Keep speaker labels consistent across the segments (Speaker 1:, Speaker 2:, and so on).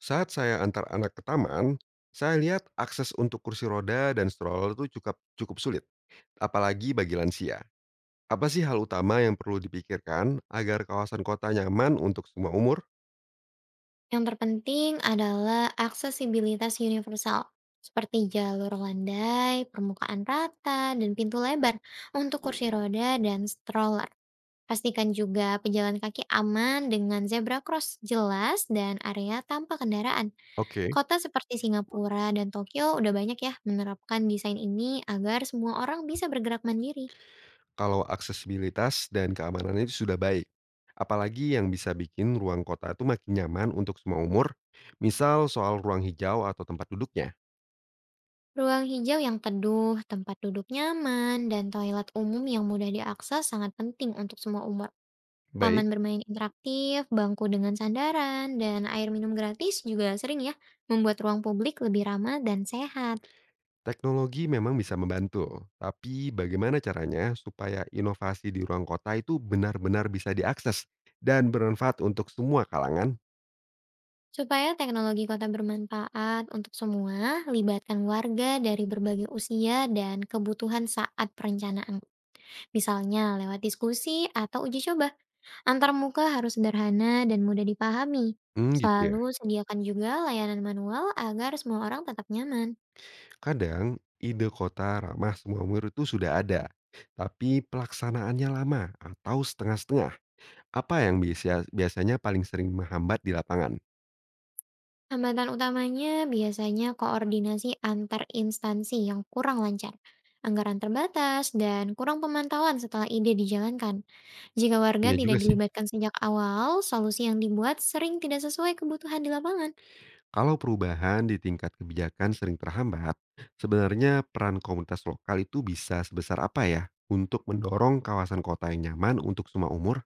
Speaker 1: Saat saya antar anak ke taman, saya lihat akses untuk kursi roda dan stroller itu cukup cukup sulit, apalagi bagi lansia. Apa sih hal utama yang perlu dipikirkan agar kawasan kota nyaman untuk semua umur?
Speaker 2: Yang terpenting adalah aksesibilitas universal, seperti jalur landai, permukaan rata, dan pintu lebar untuk kursi roda dan stroller. Pastikan juga pejalan kaki aman dengan zebra cross jelas dan area tanpa kendaraan.
Speaker 1: Oke.
Speaker 2: Kota seperti Singapura dan Tokyo udah banyak ya menerapkan desain ini agar semua orang bisa bergerak mandiri.
Speaker 1: Kalau aksesibilitas dan keamanannya itu sudah baik, apalagi yang bisa bikin ruang kota itu makin nyaman untuk semua umur, misal soal ruang hijau atau tempat duduknya.
Speaker 2: Ruang hijau yang teduh, tempat duduk nyaman, dan toilet umum yang mudah diakses sangat penting untuk semua umur. Taman
Speaker 1: Baik.
Speaker 2: bermain interaktif, bangku dengan sandaran, dan air minum gratis juga sering ya membuat ruang publik lebih ramah dan sehat.
Speaker 1: Teknologi memang bisa membantu, tapi bagaimana caranya supaya inovasi di ruang kota itu benar-benar bisa diakses dan bermanfaat untuk semua kalangan?
Speaker 2: Supaya teknologi kota bermanfaat untuk semua, libatkan warga dari berbagai usia dan kebutuhan saat perencanaan. Misalnya lewat diskusi atau uji coba. Antar muka harus sederhana dan mudah dipahami.
Speaker 1: Hmm, gitu ya.
Speaker 2: Selalu sediakan juga layanan manual agar semua orang tetap nyaman.
Speaker 1: Kadang ide kota ramah semua umur itu sudah ada, tapi pelaksanaannya lama atau setengah-setengah. Apa yang biasanya paling sering menghambat di lapangan?
Speaker 2: Hambatan utamanya biasanya koordinasi antar instansi yang kurang lancar, anggaran terbatas, dan kurang pemantauan setelah ide dijalankan. Jika warga
Speaker 1: Ya
Speaker 2: tidak
Speaker 1: juga sih.
Speaker 2: dilibatkan sejak awal, solusi yang dibuat sering tidak sesuai kebutuhan di lapangan.
Speaker 1: Kalau perubahan di tingkat kebijakan sering terhambat, sebenarnya peran komunitas lokal itu bisa sebesar apa ya untuk mendorong kawasan kota yang nyaman untuk semua umur?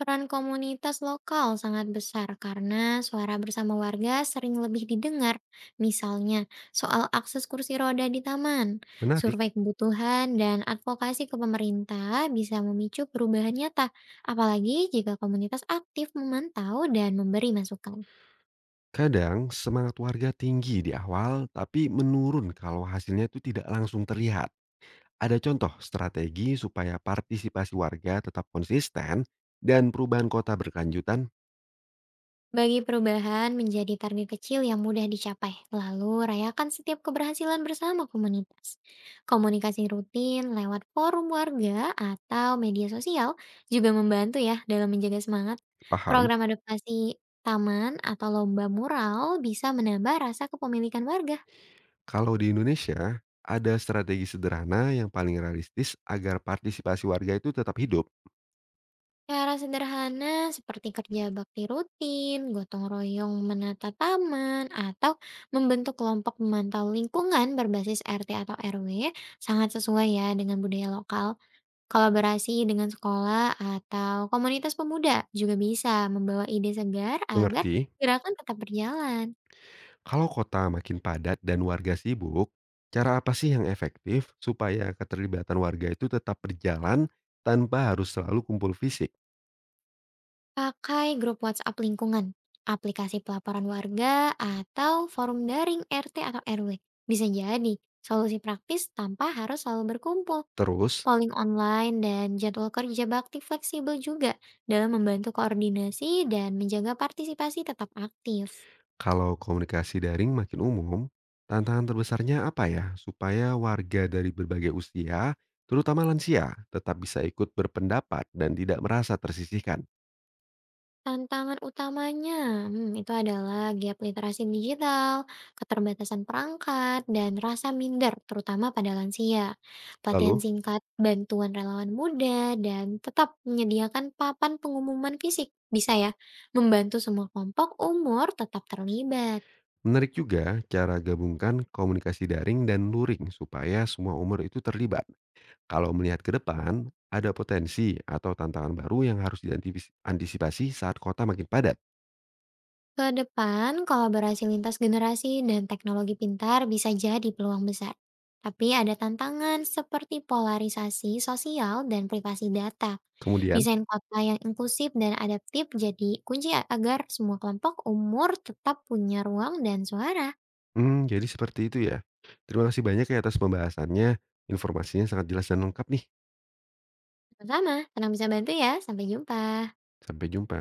Speaker 2: Peran komunitas lokal sangat besar karena suara bersama warga sering lebih didengar. Misalnya, soal akses kursi roda di taman,
Speaker 1: Menarik,
Speaker 2: survei kebutuhan, dan advokasi ke pemerintah bisa memicu perubahan nyata, apalagi jika komunitas aktif memantau dan memberi masukan.
Speaker 1: kadang semangat warga tinggi di awal tapi menurun kalau hasilnya itu tidak langsung terlihat. Ada contoh strategi supaya partisipasi warga tetap konsisten dan perubahan kota berkelanjutan?
Speaker 2: Bagi perubahan menjadi target kecil yang mudah dicapai, lalu rayakan setiap keberhasilan bersama komunitas. Komunikasi rutin lewat forum warga atau media sosial juga membantu ya dalam menjaga semangat.
Speaker 1: Paham?
Speaker 2: Program adaptasi taman atau lomba mural bisa menambah rasa kepemilikan warga.
Speaker 1: Kalau di Indonesia, ada strategi sederhana yang paling realistis agar partisipasi warga itu tetap hidup.
Speaker 2: Cara sederhana seperti kerja bakti rutin, gotong royong menata taman, atau membentuk kelompok pemantau lingkungan berbasis RT atau RW sangat sesuai ya dengan budaya lokal. Kolaborasi dengan sekolah atau komunitas pemuda juga bisa membawa ide segar agar
Speaker 1: Mengerti?
Speaker 2: gerakan tetap berjalan.
Speaker 1: Kalau kota makin padat dan warga sibuk, cara apa sih yang efektif supaya keterlibatan warga itu tetap berjalan tanpa harus selalu kumpul fisik?
Speaker 2: Pakai grup WhatsApp lingkungan, aplikasi pelaporan warga, atau forum daring RT atau RW. Bisa jadi solusi praktis tanpa harus selalu berkumpul.
Speaker 1: Terus,
Speaker 2: Polling online dan jadwal kerja bakti fleksibel juga dalam membantu koordinasi dan menjaga partisipasi tetap aktif.
Speaker 1: kalau komunikasi daring makin umum, tantangan terbesarnya apa ya supaya warga dari berbagai usia, terutama lansia, tetap bisa ikut berpendapat dan tidak merasa tersisihkan?
Speaker 2: Tantangan utamanya itu adalah gap literasi digital, keterbatasan perangkat, dan rasa minder terutama pada lansia. Pelatihan
Speaker 1: Lalu,
Speaker 2: singkat, bantuan relawan muda, dan tetap menyediakan papan pengumuman fisik bisa ya membantu semua kelompok umur tetap terlibat.
Speaker 1: menarik juga cara gabungkan komunikasi daring dan luring supaya semua umur itu terlibat. Kalau melihat ke depan, ada potensi atau tantangan baru yang harus diantisipasi saat kota makin padat.
Speaker 2: Ke depan, kolaborasi lintas generasi dan teknologi pintar bisa jadi peluang besar. Tapi ada tantangan seperti polarisasi sosial dan privasi data.
Speaker 1: Kemudian
Speaker 2: Desain kota yang inklusif dan adaptif jadi kunci agar semua kelompok umur tetap punya ruang dan suara.
Speaker 1: mmm, jadi seperti itu ya. Terima kasih banyak ya atas pembahasannya, informasinya sangat jelas dan lengkap nih.
Speaker 2: Sama, senang bisa bantu ya. Sampai jumpa.
Speaker 1: Sampai jumpa.